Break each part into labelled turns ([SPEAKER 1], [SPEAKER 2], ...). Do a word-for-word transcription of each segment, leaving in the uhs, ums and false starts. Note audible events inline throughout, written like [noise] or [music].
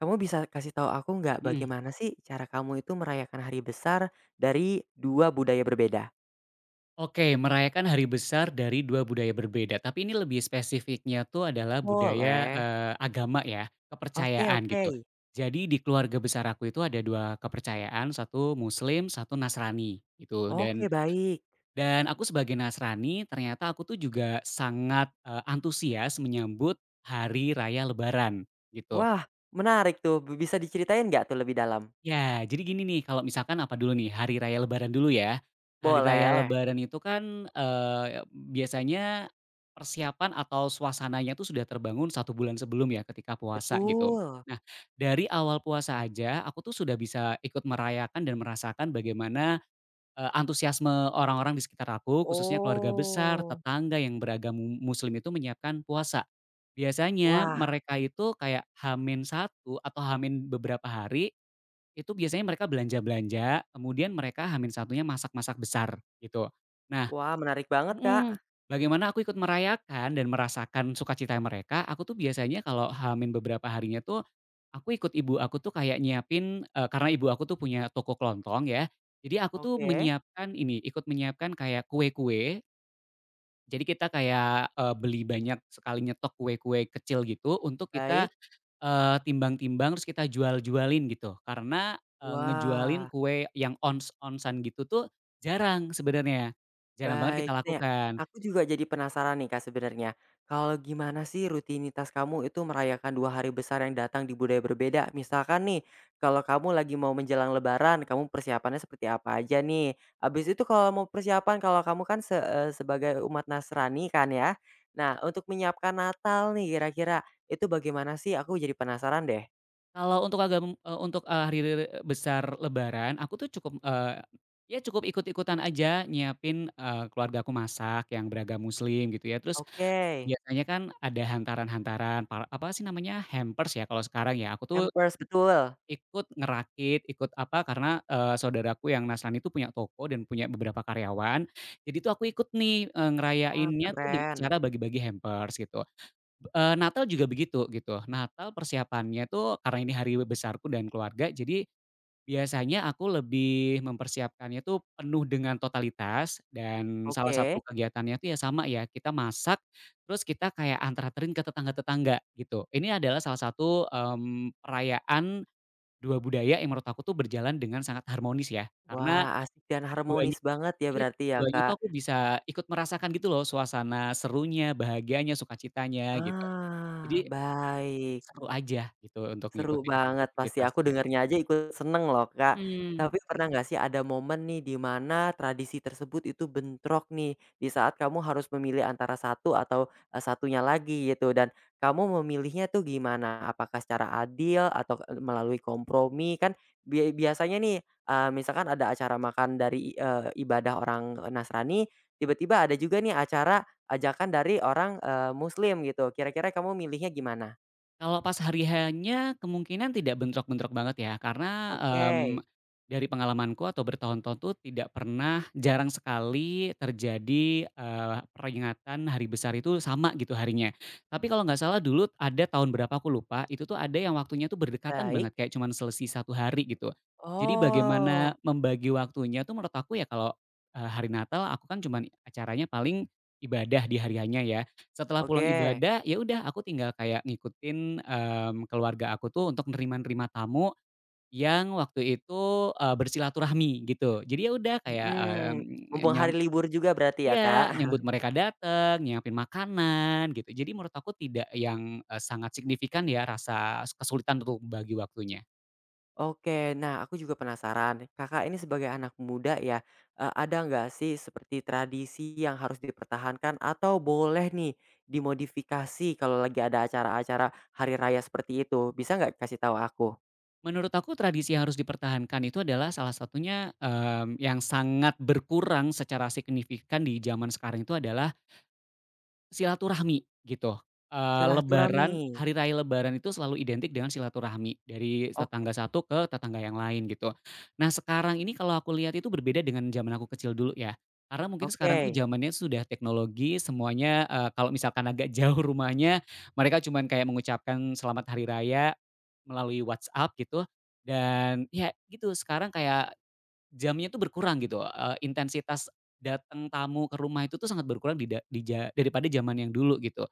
[SPEAKER 1] Kamu bisa kasih tahu aku nggak
[SPEAKER 2] Mhm.
[SPEAKER 1] bagaimana sih cara kamu itu merayakan hari besar dari dua budaya berbeda?
[SPEAKER 2] Oke, merayakan hari besar dari dua budaya berbeda, tapi ini lebih spesifiknya tuh adalah budaya,
[SPEAKER 1] Boleh.
[SPEAKER 2] eee, agama ya,
[SPEAKER 1] Oke,
[SPEAKER 2] kepercayaan
[SPEAKER 1] oke.
[SPEAKER 2] gitu. Jadi di keluarga besar aku itu ada dua kepercayaan, satu Muslim, satu Nasrani gitu, dan
[SPEAKER 1] Oke, baik.
[SPEAKER 2] dan aku sebagai Nasrani ternyata aku tuh juga sangat, eee, antusias menyambut hari raya lebaran gitu.
[SPEAKER 1] Wah menarik tuh, b bisa diceritain nggak tuh lebih dalam?
[SPEAKER 2] Ya, jadi gini nih, kalau misalkan apa dulu nih, hari raya lebaran dulu ya. Hari raya
[SPEAKER 1] Boleh.
[SPEAKER 2] lebaran itu kan, eee, biasanya persiapan atau suasananya tuh sudah terbangun satu bulan sebelum ya, ketika puasa gitu.
[SPEAKER 1] Betul.
[SPEAKER 2] Nah, dari awal puasa aja aku tuh sudah bisa ikut merayakan dan merasakan bagaimana, eee, antusiasme orang-orang di sekitar aku, khususnya keluarga besar,
[SPEAKER 1] Oh.
[SPEAKER 2] tetangga yang beragam Muslim itu menyiapkan puasa. Biasanya
[SPEAKER 1] Wah
[SPEAKER 2] mereka itu kayak hamin satu atau hamin beberapa hari, itu biasanya mereka belanja-belanja, kemudian mereka h satunya masak-masak besar, gitu. Nah
[SPEAKER 1] wah menarik banget, Kak.
[SPEAKER 2] mhm, bagaimana aku ikut merayakan dan merasakan sukacita mereka, aku tuh biasanya kalau h beberapa harinya tuh, aku ikut ibu aku tuh kayak nyiapin, eee, karena ibu aku tuh punya toko kelontong ya, jadi aku tuh
[SPEAKER 1] Oke,
[SPEAKER 2] menyiapkan ini, ikut menyiapkan kayak kue-kue, jadi kita kayak, eee, beli banyak sekali nyetok kue-kue kecil gitu untuk kita.
[SPEAKER 1] baik.
[SPEAKER 2] Eee, timbang-timbang terus kita jual-jualin gitu, karena, eee, ngejualin
[SPEAKER 1] Wah.
[SPEAKER 2] kue yang ons-onsan gitu tuh jarang sebenarnya, jarang banget kita
[SPEAKER 1] Baik. Nih,
[SPEAKER 2] lakukan.
[SPEAKER 1] aku juga jadi penasaran nih Kak sebenarnya. Kalau gimana sih rutinitas kamu itu merayakan dua hari besar yang datang di budaya berbeda? Misalkan nih, kalau kamu lagi mau menjelang lebaran, kamu persiapannya seperti apa aja nih? Habis itu kalau mau persiapan, kalau kamu kan se eee, sebagai umat Nasrani kan ya. Nah, untuk menyiapkan Natal nih kira-kira, itu bagaimana sih? Aku jadi penasaran deh.
[SPEAKER 2] Kalau untuk agam eh, untuk, eee, hari besar lebaran aku tuh cukup, eee, ya cukup ikut-ikutan aja nyiapin, eh, keluarga aku masak yang beragam Muslim gitu ya, terus
[SPEAKER 1] Oke.
[SPEAKER 2] biasanya kan ada hantaran-hantaran, par apa sih namanya, hampers ya kalau sekarang ya, aku tuh
[SPEAKER 1] Hampers, betul.
[SPEAKER 2] ikut ngerakit, ikut apa, karena, eee, saudaraku yang Nasrani itu punya toko dan punya beberapa karyawan. Jadi tuh aku ikut nih, eee,
[SPEAKER 1] Wah,
[SPEAKER 2] ngerayainnya tuh dengan
[SPEAKER 1] keren.
[SPEAKER 2] cara bagi-bagi hampers gitu. Eee, Natal juga begitu gitu. Natal persiapannya tuh karena ini hari besarku dan keluarga, jadi biasanya aku lebih mempersiapkannya tuh penuh dengan totalitas, dan salah
[SPEAKER 1] Oke.
[SPEAKER 2] satu kegiatannya tuh ya sama ya, kita masak, terus kita kayak antar-anterin ke tetangga-tetangga gitu. Ini adalah salah satu, mmm, perayaan dua budaya yang menurut aku tuh berjalan dengan sangat harmonis ya, karena
[SPEAKER 1] Wah, asik dan
[SPEAKER 2] keduanya
[SPEAKER 1] harmonis banget ya
[SPEAKER 2] iya,
[SPEAKER 1] berarti ya,
[SPEAKER 2] keduanya
[SPEAKER 1] Kak?
[SPEAKER 2] tuh aku bisa ikut merasakan gitu loh suasana serunya, bahagianya, sukacitanya gitu. Jadi
[SPEAKER 1] Ah, baik.
[SPEAKER 2] seru aja gitu untuk
[SPEAKER 1] Seru
[SPEAKER 2] ngikutin
[SPEAKER 1] banget, pasti aku
[SPEAKER 2] aktivitasnya.
[SPEAKER 1] dengernya aja ikut seneng loh, Kak.
[SPEAKER 2] Mhm.
[SPEAKER 1] Tapi pernah nggak sih ada momen nih di mana tradisi tersebut itu bentrok nih, di saat kamu harus memilih antara satu atau, eee, satunya lagi gitu dan kamu memilihnya tuh gimana? Apakah secara adil atau, eee, melalui kompromi? Kan bia biasanya nih, eee, misalkan ada acara makan dari, eee, ibadah orang, Nasrani, tiba-tiba ada juga nih acara ajakan dari orang, eee, Muslim gitu, kira-kira kamu milihnya gimana?
[SPEAKER 2] Kalau pas hari, hanya kemungkinan tidak bentrok-bentrok banget ya, karena,
[SPEAKER 1] Oke,
[SPEAKER 2] mmm, dari pengalamanku atau bertahun-tahun tuh tidak pernah, jarang sekali terjadi, eee, peringatan hari besar itu sama gitu harinya. Tapi kalau nggak salah dulu ada tahun berapa aku lupa, itu tuh ada yang waktunya tuh berdekatan
[SPEAKER 1] baik.
[SPEAKER 2] banget, kayak cuman selesai satu hari gitu. Jadi bagaimana
[SPEAKER 1] Oh,
[SPEAKER 2] membagi waktunya tuh menurut aku ya, kalau, eee, hari Natal aku kan cuman acaranya paling ibadah di hari H ya. Setelah pulang
[SPEAKER 1] oke,
[SPEAKER 2] ibadah, ya udah aku tinggal kayak ngikutin, mmm, keluarga aku tuh untuk nerima-nerima tamu yang waktu itu, eee, bersilaturahmi gitu. Jadi ya udah kayak,
[SPEAKER 1] mhm,
[SPEAKER 2] mmm,
[SPEAKER 1] mumpung
[SPEAKER 2] nyam
[SPEAKER 1] hari libur juga berarti ya, Kak?
[SPEAKER 2] iya, nyambut
[SPEAKER 1] [laughs]
[SPEAKER 2] mereka datang, nyiapin makanan gitu. Jadi menurut aku tidak yang, eee, sangat signifikan ya rasa kesulitan untuk bagi waktunya.
[SPEAKER 1] Oke, nah aku juga penasaran, Kakak ini sebagai anak muda ya, eee, ada nggak sih seperti tradisi yang harus dipertahankan atau boleh nih dimodifikasi kalau lagi ada acara-acara hari raya seperti itu? Bisa nggak kasih tahu aku?
[SPEAKER 2] Menurut aku tradisi yang harus dipertahankan itu adalah salah satunya, mmm, yang sangat berkurang secara signifikan di zaman sekarang itu adalah silaturahmi gitu, eee,
[SPEAKER 1] Silaturahmi,
[SPEAKER 2] lebaran, hari raya lebaran itu selalu identik dengan silaturahmi dari
[SPEAKER 1] oke,
[SPEAKER 2] tetangga satu ke tetangga yang lain gitu. Nah sekarang ini kalau aku lihat itu berbeda dengan zaman aku kecil dulu ya, karena mungkin sekarang tuh
[SPEAKER 1] oke,
[SPEAKER 2] zamannya sudah teknologi semuanya, eee, kalau misalkan agak [laughs] jauh rumahnya, mereka cuman kayak mengucapkan selamat hari raya melalui WhatsApp gitu, dan ya gitu sekarang kayak jamnya tuh berkurang gitu, eee, intensitas datang tamu ke rumah itu tuh sangat berkurang di di ja daripada zaman yang dulu gitu.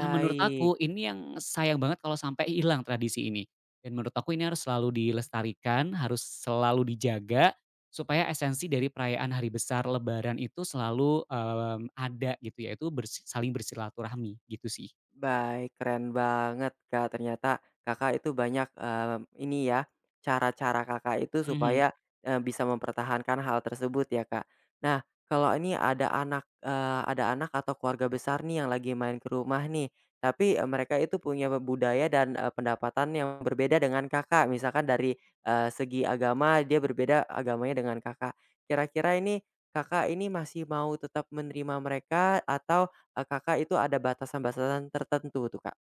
[SPEAKER 2] Nah menurut aku ini yang sayang banget kalau sampai hilang tradisi ini, dan menurut aku ini harus selalu dilestarikan, harus selalu dijaga, supaya esensi dari perayaan hari besar lebaran itu selalu, mmm, ada gitu, yaitu bersi saling bersilaturahmi gitu sih.
[SPEAKER 1] Baik, keren banget, Kak. Ternyata Kakak itu banyak, mmm, ini ya, cara-cara Kakak itu
[SPEAKER 2] Mhm.
[SPEAKER 1] supaya, eee, bisa mempertahankan hal tersebut ya, Kak. Nah, kalau ini ada anak, eee, ada anak atau keluarga besar nih yang lagi main ke rumah nih, tapi, eee, mereka itu punya budaya dan, eee, pendapatan yang berbeda dengan Kakak. Misalkan dari, eee, segi agama dia berbeda agamanya dengan Kakak. Kira-kira ini Kakak ini masih mau tetap menerima mereka atau Eee, Kakak itu ada batasan-batasan tertentu tuh, Kak?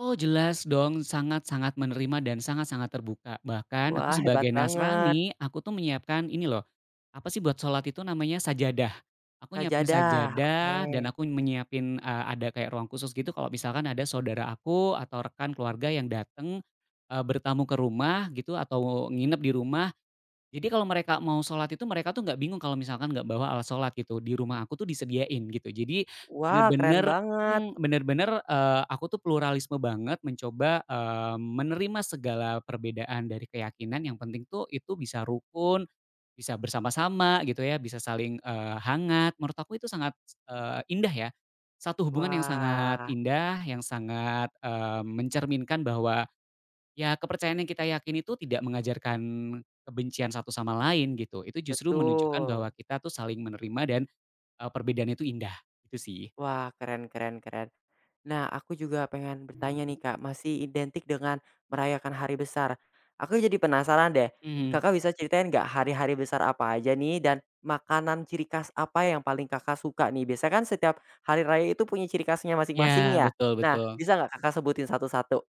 [SPEAKER 2] Oh jelas dong, sangat-sangat menerima dan sangat-sangat terbuka. Bahkan aku
[SPEAKER 1] Wah,
[SPEAKER 2] sebagai
[SPEAKER 1] hebat banget.
[SPEAKER 2] Nasrani, aku tuh menyiapkan ini loh, apa sih buat sholat itu namanya sajadah. Aku nyiapin
[SPEAKER 1] Sajadah, oke.
[SPEAKER 2] sajadah dan aku menyiapin, eee, ada kayak ruang khusus gitu, kalau misalkan ada saudara aku atau rekan keluarga yang datang, eee, bertamu ke rumah gitu atau nginep di rumah, jadi kalau mereka mau sholat itu mereka tuh nggak bingung kalau misalkan nggak bawa alat sholat gitu, di rumah aku tuh disediain gitu. Jadi
[SPEAKER 1] Wah, keren
[SPEAKER 2] bener-bener,
[SPEAKER 1] banget.
[SPEAKER 2] mhm, bener-bener, eee, aku tuh pluralisme banget mencoba, eee, menerima segala perbedaan dari keyakinan, yang penting tuh itu bisa rukun, bisa bersama-sama gitu ya, bisa saling, eee, hangat. Menurut aku itu sangat, eee, indah ya, satu hubungan yang sangat
[SPEAKER 1] Wah,
[SPEAKER 2] indah, yang sangat, eee, mencerminkan bahwa ya, kepercayaan yang kita yakini itu tidak mengajarkan kebencian satu sama lain gitu, itu justru menunjukkan bahwa
[SPEAKER 1] betul.
[SPEAKER 2] kita tuh saling menerima dan, eee, perbedaan itu indah, gitu sih.
[SPEAKER 1] Wah, keren keren keren. Nah, aku juga pengen bertanya nih, Kak, masih identik dengan merayakan hari besar. Aku jadi penasaran deh,
[SPEAKER 2] Mhm,
[SPEAKER 1] Kakak bisa ceritain nggak hari-hari besar apa aja nih dan makanan ciri khas apa yang paling Kakak suka nih? Biasanya kan setiap hari raya itu punya ciri khasnya
[SPEAKER 2] iya,
[SPEAKER 1] masing-masing ya?
[SPEAKER 2] betul
[SPEAKER 1] Nah,
[SPEAKER 2] betul.
[SPEAKER 1] bisa nggak Kakak sebutin satu-satu?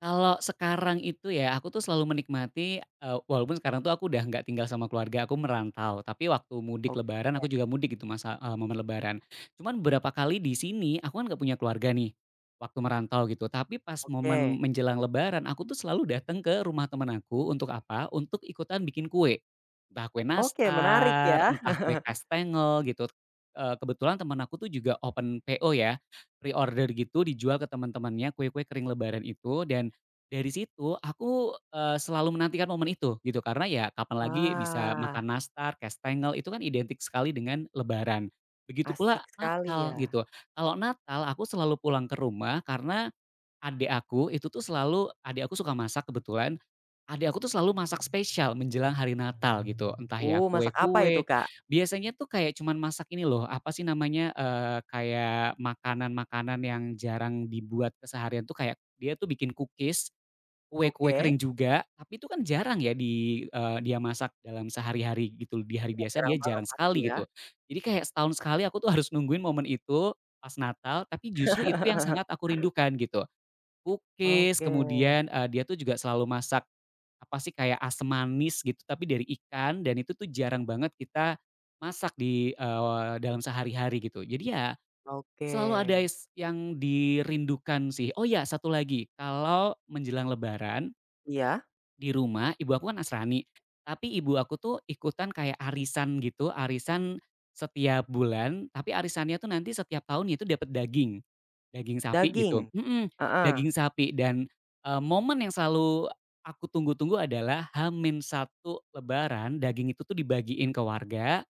[SPEAKER 2] Kalau sekarang itu ya, aku tuh selalu menikmati, eee, walaupun sekarang tuh aku udah nggak tinggal sama keluarga, aku merantau. Tapi waktu mudik
[SPEAKER 1] Ok
[SPEAKER 2] lebaran, aku juga mudik gitu, masa eee, momen lebaran. Cuman beberapa kali di sini, aku kan nggak punya keluarga nih, waktu merantau gitu. Tapi pas
[SPEAKER 1] Oke,
[SPEAKER 2] momen menjelang lebaran, aku tuh selalu datang ke rumah teman aku, untuk apa? Untuk ikutan bikin kue. Entah kue
[SPEAKER 1] oke menarik
[SPEAKER 2] nastar,
[SPEAKER 1] ya.
[SPEAKER 2] entah kue
[SPEAKER 1] [laughs]
[SPEAKER 2] kastengel gitu. Eee, kebetulan teman aku tuh juga open P O ya, pre-order gitu, dijual ke teman-temannya kue-kue kering lebaran itu, dan dari situ aku, eee, selalu menantikan momen itu gitu, karena ya kapan lagi bisa
[SPEAKER 1] Wah,
[SPEAKER 2] makan nastar, kastengel itu kan identik sekali dengan lebaran. Begitu pula
[SPEAKER 1] asik sekali
[SPEAKER 2] Natal
[SPEAKER 1] ya.
[SPEAKER 2] gitu. Kalau Natal aku selalu pulang ke rumah karena adik aku itu tuh selalu adik aku suka masak kebetulan, adik aku tuh selalu masak spesial menjelang hari Natal gitu, entah ya
[SPEAKER 1] Uh, masak apa itu,
[SPEAKER 2] kue-kue,
[SPEAKER 1] Kak?
[SPEAKER 2] biasanya tuh kayak cuman masak ini loh, apa sih namanya, eee, kayak makanan-makanan yang jarang dibuat keseharian tuh kayak dia tuh bikin cookies, kue-kue
[SPEAKER 1] Oke,
[SPEAKER 2] kering juga, tapi itu kan jarang ya, di eee, dia masak dalam sehari-hari gitu, di hari biasa dia
[SPEAKER 1] jarang banget
[SPEAKER 2] jarang
[SPEAKER 1] pasti
[SPEAKER 2] sekali
[SPEAKER 1] ya.
[SPEAKER 2] gitu. Jadi kayak setahun sekali aku tuh harus nungguin momen itu pas Natal, tapi justru itu yang sangat
[SPEAKER 1] [laughs]
[SPEAKER 2] aku rindukan gitu. Kukis,
[SPEAKER 1] Oke,
[SPEAKER 2] kemudian, eee, dia tuh juga selalu masak, apa sih, kayak asam manis gitu, tapi dari ikan, dan itu tuh jarang banget kita masak di, eee, dalam sehari-hari gitu. Jadi ya
[SPEAKER 1] oke.
[SPEAKER 2] selalu ada es yang dirindukan sih. Oh ya, satu lagi, kalau menjelang lebaran
[SPEAKER 1] Iya,
[SPEAKER 2] di rumah ibu aku kan Nasrani, tapi ibu aku tuh ikutan kayak arisan gitu, arisan setiap bulan, tapi arisannya tuh nanti setiap tahun itu dapat daging, daging sapi
[SPEAKER 1] daging?
[SPEAKER 2] gitu, mhm,
[SPEAKER 1] Heeh,
[SPEAKER 2] daging sapi dan, eee, momen yang selalu aku tunggu-tunggu adalah hamin satu lebaran daging itu tuh dibagiin ke warga.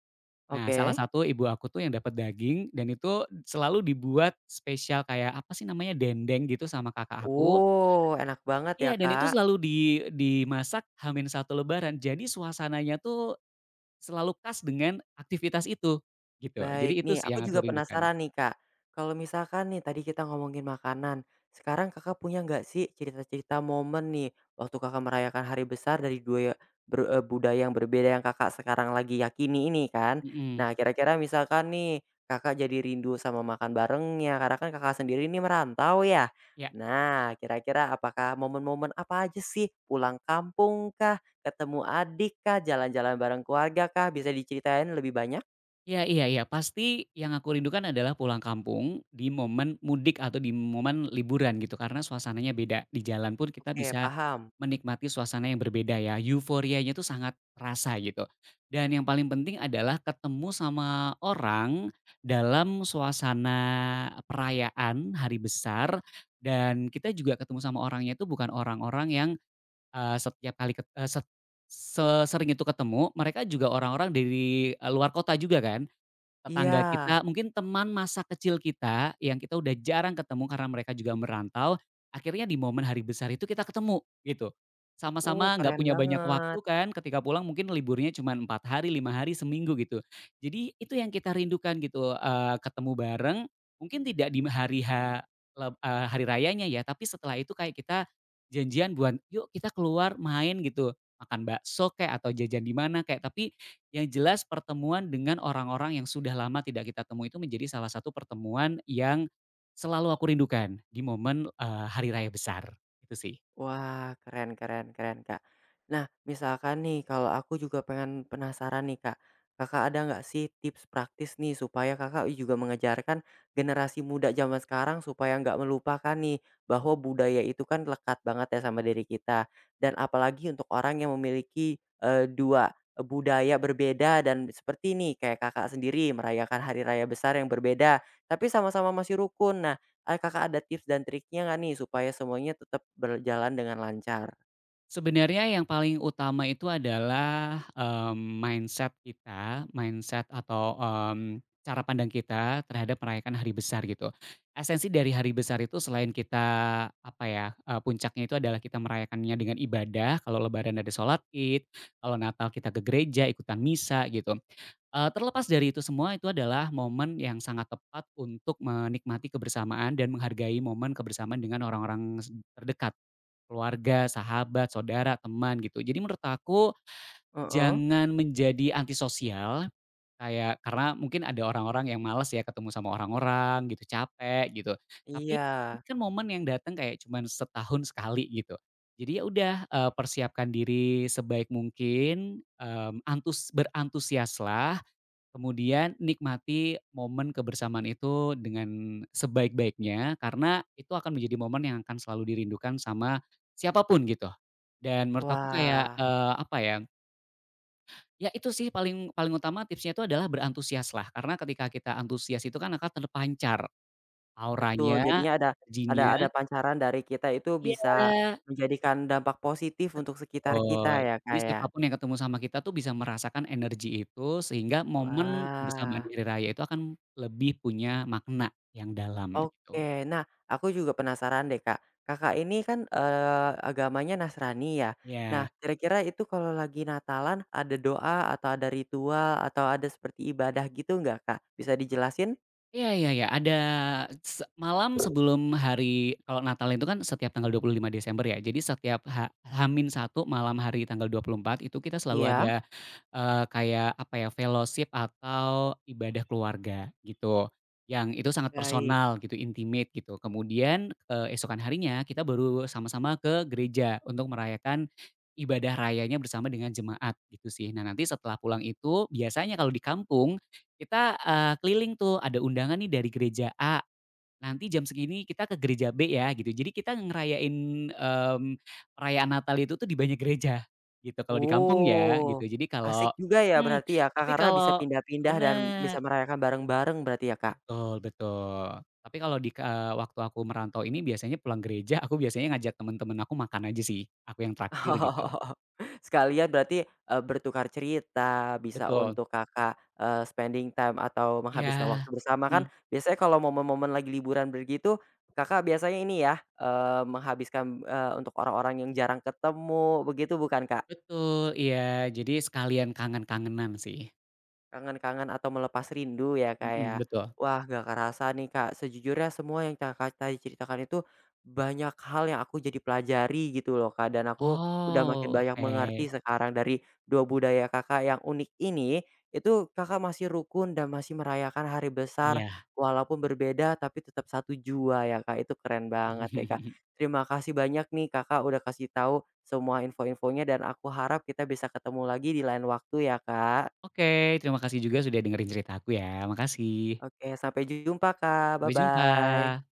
[SPEAKER 2] Nah, salah
[SPEAKER 1] oke.
[SPEAKER 2] satu ibu aku tuh yang dapat daging dan itu selalu dibuat spesial kayak apa sih namanya, dendeng gitu, sama kakak aku.
[SPEAKER 1] Uh, enak banget ya,
[SPEAKER 2] Iya, dan itu
[SPEAKER 1] Kak.
[SPEAKER 2] selalu di dimasak hamin satu lebaran. Jadi suasananya tuh selalu khas dengan aktivitas itu, gitu. Jadi
[SPEAKER 1] Baik
[SPEAKER 2] itu
[SPEAKER 1] nih,
[SPEAKER 2] sih yang
[SPEAKER 1] aku
[SPEAKER 2] aku
[SPEAKER 1] juga
[SPEAKER 2] rindukan.
[SPEAKER 1] penasaran nih Kak, kalau misalkan nih tadi kita ngomongin makanan, sekarang Kakak punya nggak sih cerita-cerita momen nih waktu Kakak merayakan hari besar dari dua ber- eee, budaya yang berbeda yang Kakak sekarang lagi yakini ini kan?
[SPEAKER 2] Mhm,
[SPEAKER 1] Nah kira-kira misalkan nih Kakak jadi rindu sama makan barengnya karena kan Kakak sendiri ini merantau ya?
[SPEAKER 2] iya.
[SPEAKER 1] Nah kira-kira apakah momen-momen apa aja sih? Pulang kampung kah? Ketemu adik kah? Jalan-jalan bareng keluarga kah? Bisa diceritain lebih banyak?
[SPEAKER 2] Iya iya iya, pasti yang aku rindukan adalah pulang kampung di momen mudik atau di momen liburan gitu, karena suasananya beda. Di jalan pun kita
[SPEAKER 1] Oke,
[SPEAKER 2] bisa
[SPEAKER 1] paham.
[SPEAKER 2] menikmati suasana yang berbeda ya, euforianya tuh sangat terasa gitu. Dan yang paling penting adalah ketemu sama orang dalam suasana perayaan hari besar, dan kita juga ketemu sama orangnya itu bukan orang-orang yang, eee, setiap kali ket eee, set sesering itu ketemu, mereka juga orang-orang dari, eee, luar kota juga kan.
[SPEAKER 1] Iya.
[SPEAKER 2] Tetangga kita, mungkin teman masa kecil kita yang kita udah jarang ketemu karena mereka juga merantau, akhirnya di momen hari besar itu kita ketemu, gitu.
[SPEAKER 1] Uh,
[SPEAKER 2] Sama-sama nggak
[SPEAKER 1] keren
[SPEAKER 2] punya banyak waktu
[SPEAKER 1] banget.
[SPEAKER 2] kan, ketika pulang mungkin liburnya cuma empat hari, lima hari, seminggu gitu. Jadi itu yang kita rindukan gitu, eee, ketemu bareng, mungkin tidak di hari ha leb eee, hari rayanya ya, tapi setelah itu kayak kita janjian buat, "Yuk kita keluar main," gitu, makan bakso kayak atau jajan di mana kayak, tapi yang jelas pertemuan dengan orang-orang yang sudah lama tidak kita temui itu menjadi salah satu pertemuan yang selalu aku rindukan di momen, eee, hari raya besar, itu sih.
[SPEAKER 1] Wah, keren keren keren, Kak. Nah, misalkan nih kalau aku juga pengen penasaran nih, Kak. Kakak ada nggak sih tips praktis nih supaya Kakak juga mengejarkan generasi muda zaman sekarang supaya nggak melupakan nih bahwa budaya itu kan lekat banget ya sama diri kita. Dan apalagi untuk orang yang memiliki, eee, dua budaya berbeda dan seperti nih kayak Kakak sendiri merayakan hari raya besar yang berbeda, tapi sama-sama masih rukun. Nah ah Kakak ada tips dan triknya nggak nih supaya semuanya tetap berjalan dengan lancar?
[SPEAKER 2] Sebenarnya yang paling utama itu adalah, mmm, mindset kita, mindset atau, mmm, cara pandang kita terhadap merayakan hari besar gitu. Esensi dari hari besar itu, selain kita, apa ya, eee, puncaknya itu adalah kita merayakannya dengan ibadah, kalau lebaran ada sholat Id, kalau Natal kita ke gereja ikutan misa gitu. Eee, terlepas dari itu semua, itu adalah momen yang sangat tepat untuk menikmati kebersamaan dan menghargai momen kebersamaan dengan orang-orang s terdekat, keluarga, sahabat, saudara, teman, gitu. Jadi menurut aku
[SPEAKER 1] Heeh.
[SPEAKER 2] jangan menjadi antisosial, kayak karena mungkin ada orang-orang yang males ya ketemu sama orang-orang gitu, capek gitu. Tapi
[SPEAKER 1] Iya.
[SPEAKER 2] ini kan momen yang datang kayak cuman setahun sekali gitu. Jadi ya udah, eee, persiapkan diri sebaik mungkin, mmm, antus berantusiaslah. Kemudian nikmati momen kebersamaan itu dengan sebaik-baiknya, karena itu akan menjadi momen yang akan selalu dirindukan sama siapapun gitu. Dan menurut aku kayak,
[SPEAKER 1] Wah,
[SPEAKER 2] eee, apa ya, ya itu sih paling paling utama, tipsnya itu adalah berantusiaslah, karena ketika kita antusias itu kan akan terpancar
[SPEAKER 1] betul.
[SPEAKER 2] auranya,
[SPEAKER 1] Jadinya ada ada
[SPEAKER 2] energinya,
[SPEAKER 1] ada pancaran dari kita itu bisa
[SPEAKER 2] iya.
[SPEAKER 1] menjadikan dampak positif untuk sekitar kita
[SPEAKER 2] Betul.
[SPEAKER 1] ya,
[SPEAKER 2] Jadi
[SPEAKER 1] Kak, ya?
[SPEAKER 2] siapapun yang ketemu sama kita tuh bisa merasakan energi itu, sehingga momen
[SPEAKER 1] Wah,
[SPEAKER 2] kebersamaan di hari raya itu akan lebih punya makna yang dalam gitu.
[SPEAKER 1] oke. Nah, aku juga penasaran deh, Kak. Kakak ini kan, eee, agamanya Nasrani ya?
[SPEAKER 2] Ya.
[SPEAKER 1] Nah, kira-kira itu kalau lagi Natalan ada doa atau ada ritual atau ada seperti ibadah gitu nggak, Kak? Bisa dijelasin?
[SPEAKER 2] Iya iya iya, ada se malam sebelum hari, kalau Natal itu kan setiap tanggal dua puluh lima Desember ya, jadi setiap H ha min satu malam hari tanggal dua puluh empat itu kita selalu ada,
[SPEAKER 1] Iya.
[SPEAKER 2] eee, kayak apa ya, fellowship atau ibadah keluarga gitu, yang itu sangat
[SPEAKER 1] Baik.
[SPEAKER 2] personal gitu, intimate gitu. Kemudian, eee, esokan harinya kita baru sama-sama ke gereja untuk merayakan ibadah rayanya bersama dengan jemaat gitu sih. Nah nanti setelah pulang itu biasanya kalau di kampung kita, eee, keliling tuh, ada undangan nih dari gereja A, nanti jam segini kita ke gereja B ya, gitu. Jadi kita ngerayain, mmm, perayaan Natal itu tuh di banyak gereja, gitu, kalau di kampung ya, gitu.
[SPEAKER 1] Oh,
[SPEAKER 2] Jadi kalau
[SPEAKER 1] asik juga ya
[SPEAKER 2] hmm
[SPEAKER 1] berarti ya, Kak,
[SPEAKER 2] tapi
[SPEAKER 1] karena bisa
[SPEAKER 2] kalau
[SPEAKER 1] pindah-pindah dan
[SPEAKER 2] bener,
[SPEAKER 1] bisa merayakan bareng-bareng berarti ya, Kak?
[SPEAKER 2] betul betul. Tapi kalau di, eee, waktu aku merantau ini biasanya pulang gereja, aku biasanya ngajak temen-temen aku makan aja sih, aku yang
[SPEAKER 1] Oh,
[SPEAKER 2] traktir, gitu.
[SPEAKER 1] [laughs] sekalian berarti, eee, bertukar cerita, bisa
[SPEAKER 2] Betul.
[SPEAKER 1] untuk Kakak, eee, spending time atau
[SPEAKER 2] Ya,
[SPEAKER 1] menghabiskan waktu bersama kan
[SPEAKER 2] mhm,
[SPEAKER 1] biasanya kalau momen-momen lagi liburan begitu, Kakak biasanya ini ya, eee, menghabiskan, eee, untuk orang-orang yang jarang ketemu begitu bukan, Kak?
[SPEAKER 2] betul, iya. Jadi sekalian kangen-kangenan sih.
[SPEAKER 1] Kangen-kangen atau melepas rindu ya, Kak, ya.
[SPEAKER 2] Mhm, betul.
[SPEAKER 1] Wah, gak kerasa nih, Kak, sejujurnya semua yang Kakak tadi ceritakan itu banyak hal yang aku jadi pelajari gitu loh, Kak, dan aku udah makin
[SPEAKER 2] Oh,
[SPEAKER 1] banyak
[SPEAKER 2] oke.
[SPEAKER 1] mengerti sekarang dari dua budaya Kakak yang unik ini, itu Kakak masih rukun dan masih merayakan hari besar
[SPEAKER 2] Iya.
[SPEAKER 1] walaupun berbeda tapi tetap satu jua ya, Kak, itu keren banget ya Kak.
[SPEAKER 2] [laughs]
[SPEAKER 1] Terima kasih banyak nih Kakak udah kasih tahu semua info-infonya dan aku harap kita bisa ketemu lagi di lain waktu ya, Kak.
[SPEAKER 2] Oke, terima kasih juga sudah dengerin cerita aku ya, makasih.
[SPEAKER 1] Oke, sampai jumpa Kak,
[SPEAKER 2] Sampai jumpa.
[SPEAKER 1] bye-bye.